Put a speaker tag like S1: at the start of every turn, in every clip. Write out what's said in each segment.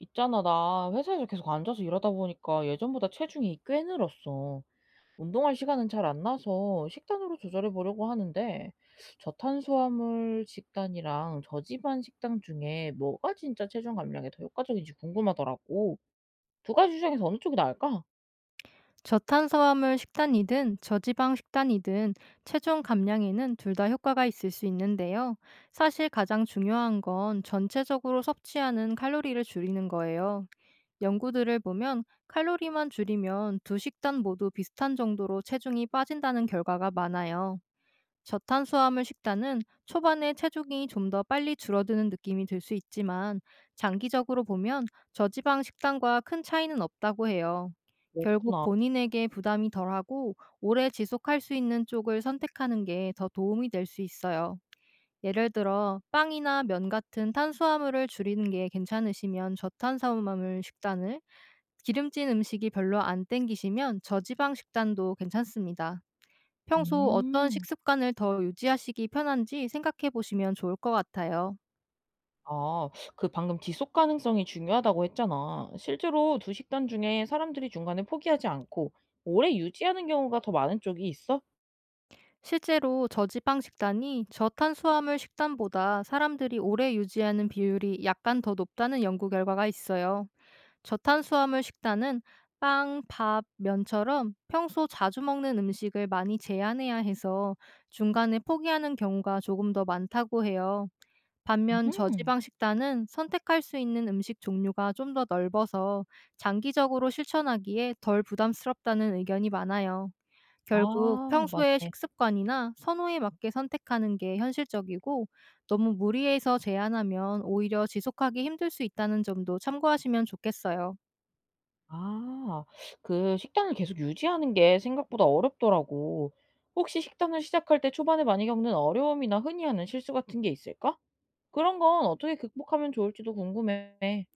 S1: 있잖아, 나 회사에서 계속 앉아서 일하다 보니까 예전보다 체중이 꽤 늘었어. 운동할 시간은 잘 안 나서 식단으로 조절해 보려고 하는데, 저탄수화물 식단이랑 저지방 식단 중에 뭐가 진짜 체중 감량에 더 효과적인지 궁금하더라고. 두 가지 중에서 어느 쪽이 나을까?
S2: 저탄수화물 식단이든 저지방 식단이든 체중 감량에는 둘 다 효과가 있을 수 있는데요. 사실 가장 중요한 건 전체적으로 섭취하는 칼로리를 줄이는 거예요. 연구들을 보면 칼로리만 줄이면 두 식단 모두 비슷한 정도로 체중이 빠진다는 결과가 많아요. 저탄수화물 식단은 초반에 체중이 좀 더 빨리 줄어드는 느낌이 들 수 있지만, 장기적으로 보면 저지방 식단과 큰 차이는 없다고 해요.
S1: 뭐,
S2: 결국 본인에게 부담이 덜하고 오래 지속할 수 있는 쪽을 선택하는 게 더 도움이 될 수 있어요. 예를 들어 빵이나 면 같은 탄수화물을 줄이는 게 괜찮으시면 저탄수화물 식단을, 기름진 음식이 별로 안 땡기시면 저지방 식단도 괜찮습니다. 평소 어떤
S1: 음,
S2: 식습관을 더 유지하시기 편한지 생각해 보시면 좋을 것 같아요.
S1: 아, 그 방금 지속 가능성이 중요하다고 했잖아. 실제로 두 식단 중에 사람들이 중간에 포기하지 않고 오래 유지하는 경우가 더 많은 쪽이 있어?
S2: 실제로 저지방 식단이 저탄수화물 식단보다 사람들이 오래 유지하는 비율이 약간 더 높다는 연구 결과가 있어요. 저탄수화물 식단은 빵, 밥, 면처럼 평소 자주 먹는 음식을 많이 제한해야 해서 중간에 포기하는 경우가 조금 더 많다고 해요. 반면
S1: 음.
S2: 저지방 식단은 선택할 수 있는 음식 종류가 좀 더 넓어서 장기적으로 실천하기에 덜 부담스럽다는 의견이 많아요. 결국
S1: 아
S2: 평소의
S1: 맞네.
S2: 식습관이나 선호에 맞게 선택하는 게 현실적이고, 너무 무리해서 제한하면 오히려 지속하기 힘들 수 있다는 점도 참고하시면 좋겠어요.
S1: 아 그 식단을 계속 유지하는 게 생각보다 어렵더라고. 혹시 식단을 시작할 때 초반에 많이 겪는 어려움이나 흔히 하는 실수 같은 게 있을까? 그런 건 어떻게 극복하면 좋을지도 궁금해.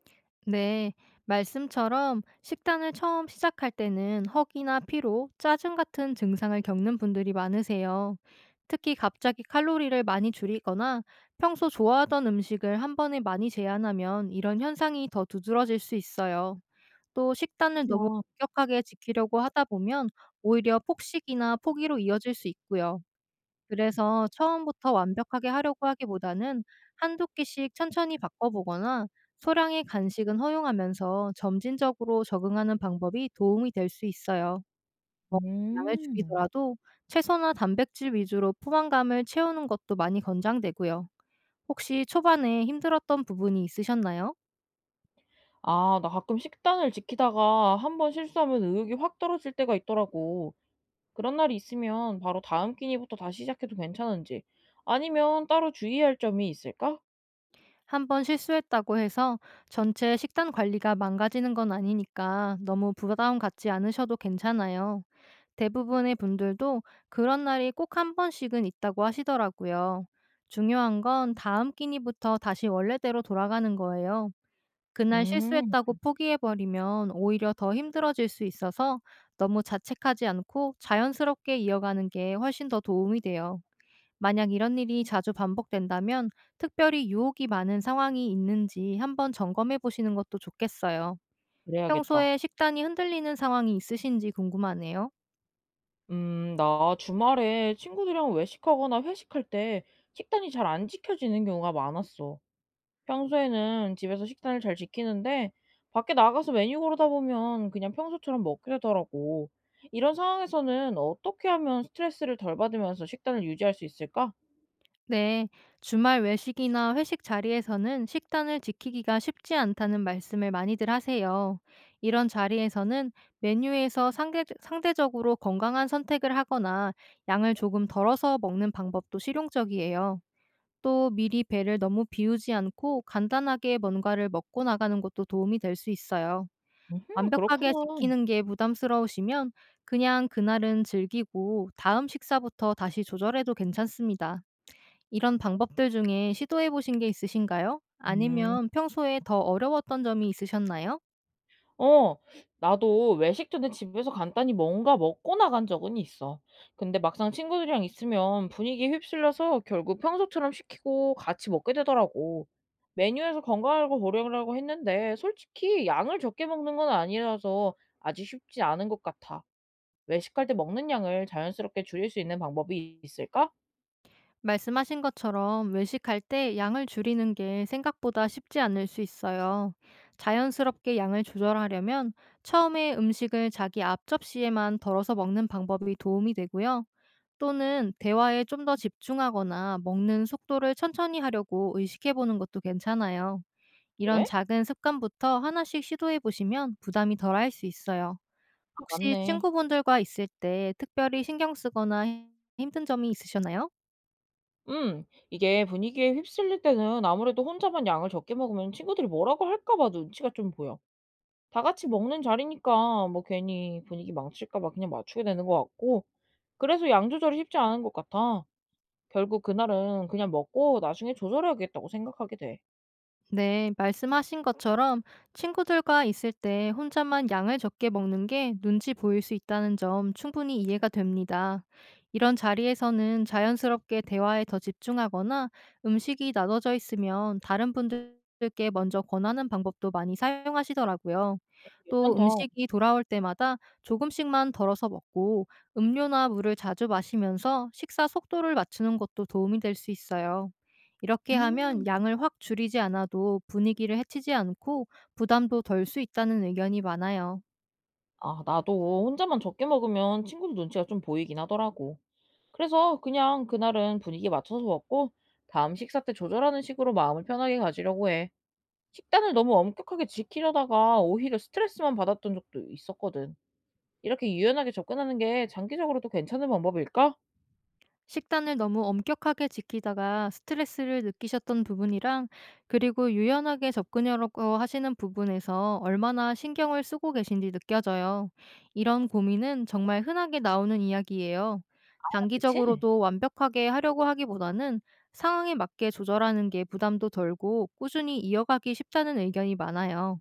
S2: 네, 말씀처럼 식단을 처음 시작할 때는 허기나 피로, 짜증 같은 증상을 겪는 분들이 많으세요. 특히 갑자기 칼로리를 많이 줄이거나 평소 좋아하던 음식을 한 번에 많이 제한하면 이런 현상이 더 두드러질 수 있어요. 또 식단을 너무
S1: 와
S2: 엄격하게 지키려고 하다 보면 오히려 폭식이나 포기로 이어질 수 있고요. 그래서 처음부터 완벽하게 하려고 하기보다는 한두 끼씩 천천히 바꿔보거나, 소량의 간식은 허용하면서 점진적으로 적응하는 방법이 도움이 될 수 있어요. 먹는 양을
S1: 음.
S2: 줄이더라도 채소나 단백질 위주로 포만감을 채우는 것도 많이 권장되고요. 혹시 초반에 힘들었던 부분이 있으셨나요?
S1: 아 나 가끔 식단을 지키다가 한 번 실수하면 의욕이 확 떨어질 때가 있더라고. 그런 날이 있으면 바로 다음 끼니부터 다시 시작해도 괜찮은지 아니면 따로 주의할 점이 있을까?
S2: 한 번 실수했다고 해서 전체 식단 관리가 망가지는 건 아니니까 너무 부담 갖지 않으셔도 괜찮아요. 대부분의 분들도 그런 날이 꼭 한 번씩은 있다고 하시더라고요. 중요한 건 다음 끼니부터 다시 원래대로 돌아가는 거예요. 그날
S1: 음
S2: 실수했다고 포기해버리면 오히려 더 힘들어질 수 있어서, 너무 자책하지 않고 자연스럽게 이어가는 게 훨씬 더 도움이 돼요. 만약 이런 일이 자주 반복된다면 특별히 유혹이 많은 상황이 있는지 한번 점검해 보시는 것도 좋겠어요.
S1: 그래야겠다.
S2: 평소에 식단이 흔들리는 상황이 있으신지 궁금하네요.
S1: 나 주말에 친구들이랑 외식하거나 회식할 때 식단이 잘 안 지켜지는 경우가 많았어. 평소에는 집에서 식단을 잘 지키는데 밖에 나가서 메뉴 고르다 보면 그냥 평소처럼 먹게 되더라고. 이런 상황에서는 어떻게 하면 스트레스를 덜 받으면서 식단을 유지할 수 있을까?
S2: 네, 주말 외식이나 회식 자리에서는 식단을 지키기가 쉽지 않다는 말씀을 많이들 하세요. 이런 자리에서는 메뉴에서 상대적으로 건강한 선택을 하거나 양을 조금 덜어서 먹는 방법도 실용적이에요. 또 미리 배를 너무 비우지 않고 간단하게 뭔가를 먹고 나가는 것도 도움이 될 수 있어요.
S1: 음,
S2: 완벽하게
S1: 그렇구나.
S2: 지키는 게 부담스러우시면 그냥 그날은 즐기고 다음 식사부터 다시 조절해도 괜찮습니다. 이런 방법들 중에 시도해 보신 게 있으신가요?
S1: 음.
S2: 아니면 평소에 더 어려웠던 점이 있으셨나요?
S1: 어. 나도 외식 전에 집에서 간단히 뭔가 먹고 나간 적은 있어. 근데 막상 친구들이랑 있으면 분위기에 휩쓸려서 결국 평소처럼 시키고 같이 먹게 되더라고. 메뉴에서 건강하고 고르려고 했는데 솔직히 양을 적게 먹는 건 아니라서 아직 쉽지 않은 것 같아. 외식할 때 먹는 양을 자연스럽게 줄일 수 있는 방법이 있을까?
S2: 말씀하신 것처럼 외식할 때 양을 줄이는 게 생각보다 쉽지 않을 수 있어요. 자연스럽게 양을 조절하려면 처음에 음식을 자기 앞 접시에만 덜어서 먹는 방법이 도움이 되고요. 또는 대화에 좀 더 집중하거나 먹는 속도를 천천히 하려고 의식해 보는 것도 괜찮아요. 이런
S1: 그래?
S2: 작은 습관부터 하나씩 시도해 보시면 부담이 덜할 수 있어요.
S1: 아,
S2: 혹시
S1: 맞네.
S2: 친구분들과 있을 때 특별히 신경 쓰거나 힘든 점이 있으셨나요?
S1: 음, 이게 분위기에 휩쓸릴 때는 아무래도 혼자만 양을 적게 먹으면 친구들이 뭐라고 할까 봐 눈치가 좀 보여. 다 같이 먹는 자리니까 뭐 괜히 분위기 망칠까 봐 그냥 맞추게 되는 것 같고 그래서 양 조절이 쉽지 않은 것 같아. 결국 그날은 그냥 먹고 나중에 조절해야겠다고 생각하게 돼.
S2: 네, 말씀하신 것처럼 친구들과 있을 때 혼자만 양을 적게 먹는 게 눈치 보일 수 있다는 점 충분히 이해가 됩니다. 이런 자리에서는 자연스럽게 대화에 더 집중하거나 음식이 나눠져 있으면 다른 분들께 먼저 권하는 방법도 많이 사용하시더라고요.
S1: 어,
S2: 또
S1: 괜찮다.
S2: 음식이 돌아올 때마다 조금씩만 덜어서 먹고 음료나 물을 자주 마시면서 식사 속도를 맞추는 것도 도움이 될 수 있어요. 이렇게
S1: 음.
S2: 하면 양을 확 줄이지 않아도 분위기를 해치지 않고 부담도 덜 수 있다는 의견이 많아요.
S1: 아, 나도 혼자만 적게 먹으면 친구들 눈치가 좀 보이긴 하더라고. 그래서 그냥 그날은 분위기에 맞춰서 먹고 다음 식사 때 조절하는 식으로 마음을 편하게 가지려고 해. 식단을 너무 엄격하게 지키려다가 오히려 스트레스만 받았던 적도 있었거든. 이렇게 유연하게 접근하는 게 장기적으로도 괜찮은 방법일까?
S2: 식단을 너무 엄격하게 지키다가 스트레스를 느끼셨던 부분이랑 그리고 유연하게 접근하려고 하시는 부분에서 얼마나 신경을 쓰고 계신지 느껴져요. 이런 고민은 정말 흔하게 나오는 이야기예요.
S1: 아 그치?
S2: 장기적으로도 완벽하게 하려고 하기보다는 상황에 맞게 조절하는 게 부담도 덜고 꾸준히 이어가기 쉽다는 의견이 많아요.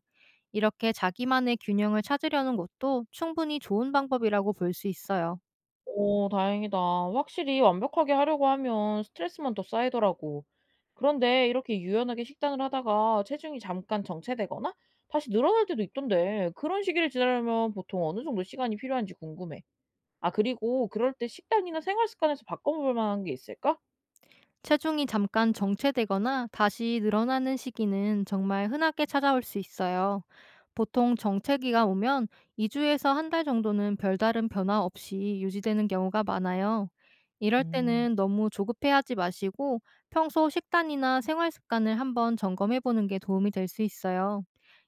S2: 이렇게 자기만의 균형을 찾으려는 것도 충분히 좋은 방법이라고 볼 수 있어요.
S1: 오 다행이다. 확실히 완벽하게 하려고 하면 스트레스만 더 쌓이더라고. 그런데 이렇게 유연하게 식단을 하다가 체중이 잠깐 정체되거나 다시 늘어날 때도 있던데 그런 시기를 지나려면 보통 어느 정도 시간이 필요한지 궁금해. 아, 그리고 그럴 때 식단이나 생활 습관에서 바꿔볼 만한 게 있을까?
S2: 체중이 잠깐 정체되거나 다시 늘어나는 시기는 정말 흔하게 찾아올 수 있어요. 보통 정체기가 오면 2주에서 한 달 정도는 별다른 변화 없이 유지되는 경우가 많아요. 이럴
S1: 음,
S2: 때는 너무 조급해하지 마시고 평소 식단이나 생활 습관을 한번 점검해 보는 게 도움이 될 수 있어요.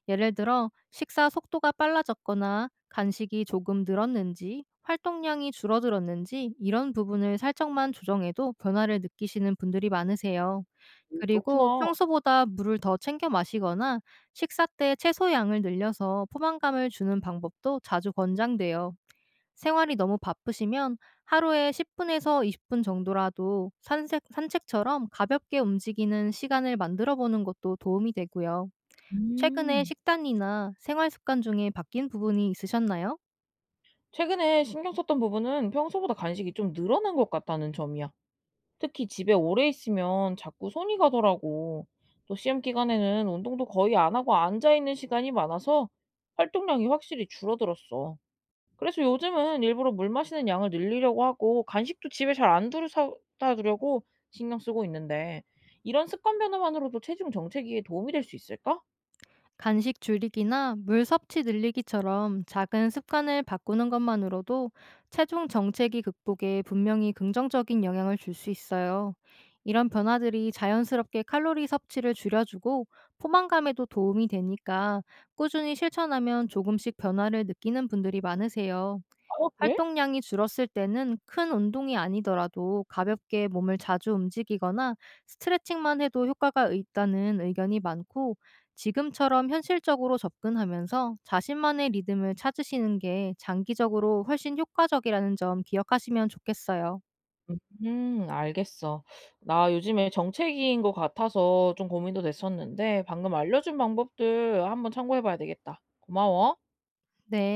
S2: 예를 들어 식사 속도가 빨라졌거나 간식이 조금 늘었는지 활동량이 줄어들었는지 이런 부분을 살짝만 조정해도 변화를 느끼시는 분들이 많으세요.
S1: 오,
S2: 그리고
S1: 그렇구나.
S2: 평소보다 물을 더 챙겨 마시거나 식사 때 채소 양을 늘려서 포만감을 주는 방법도 자주 권장돼요. 생활이 너무 바쁘시면 하루에 10분에서 20분 정도라도 산책처럼 가볍게 움직이는 시간을 만들어 보는 것도 도움이 되고요. 최근에
S1: 음,
S2: 식단이나 생활 습관 중에 바뀐 부분이 있으셨나요?
S1: 최근에 신경 썼던 부분은 평소보다 간식이 좀 늘어난 것 같다는 점이야. 특히 집에 오래 있으면 자꾸 손이 가더라고. 또 시험 기간에는 운동도 거의 안 하고 앉아 있는 시간이 많아서 활동량이 확실히 줄어들었어. 그래서 요즘은 일부러 물 마시는 양을 늘리려고 하고 간식도 집에 잘 안 두루 사다 두려고 신경 쓰고 있는데 이런 습관 변화만으로도 체중 정체기에 도움이 될 수 있을까?
S2: 간식 줄이기나 물 섭취 늘리기처럼 작은 습관을 바꾸는 것만으로도 체중 정체기 극복에 분명히 긍정적인 영향을 줄 수 있어요. 이런 변화들이 자연스럽게 칼로리 섭취를 줄여주고 포만감에도 도움이 되니까 꾸준히 실천하면 조금씩 변화를 느끼는 분들이 많으세요.
S1: 어, 그래?
S2: 활동량이 줄었을 때는 큰 운동이 아니더라도 가볍게 몸을 자주 움직이거나 스트레칭만 해도 효과가 있다는 의견이 많고, 지금처럼 현실적으로 접근하면서 자신만의 리듬을 찾으시는 게 장기적으로 훨씬 효과적이라는 점 기억하시면 좋겠어요.
S1: 알겠어. 나 요즘에 정체기인 것 같아서 좀 고민도 됐었는데 방금 알려준 방법들 한번 참고해 봐야 되겠다. 고마워.
S2: 네.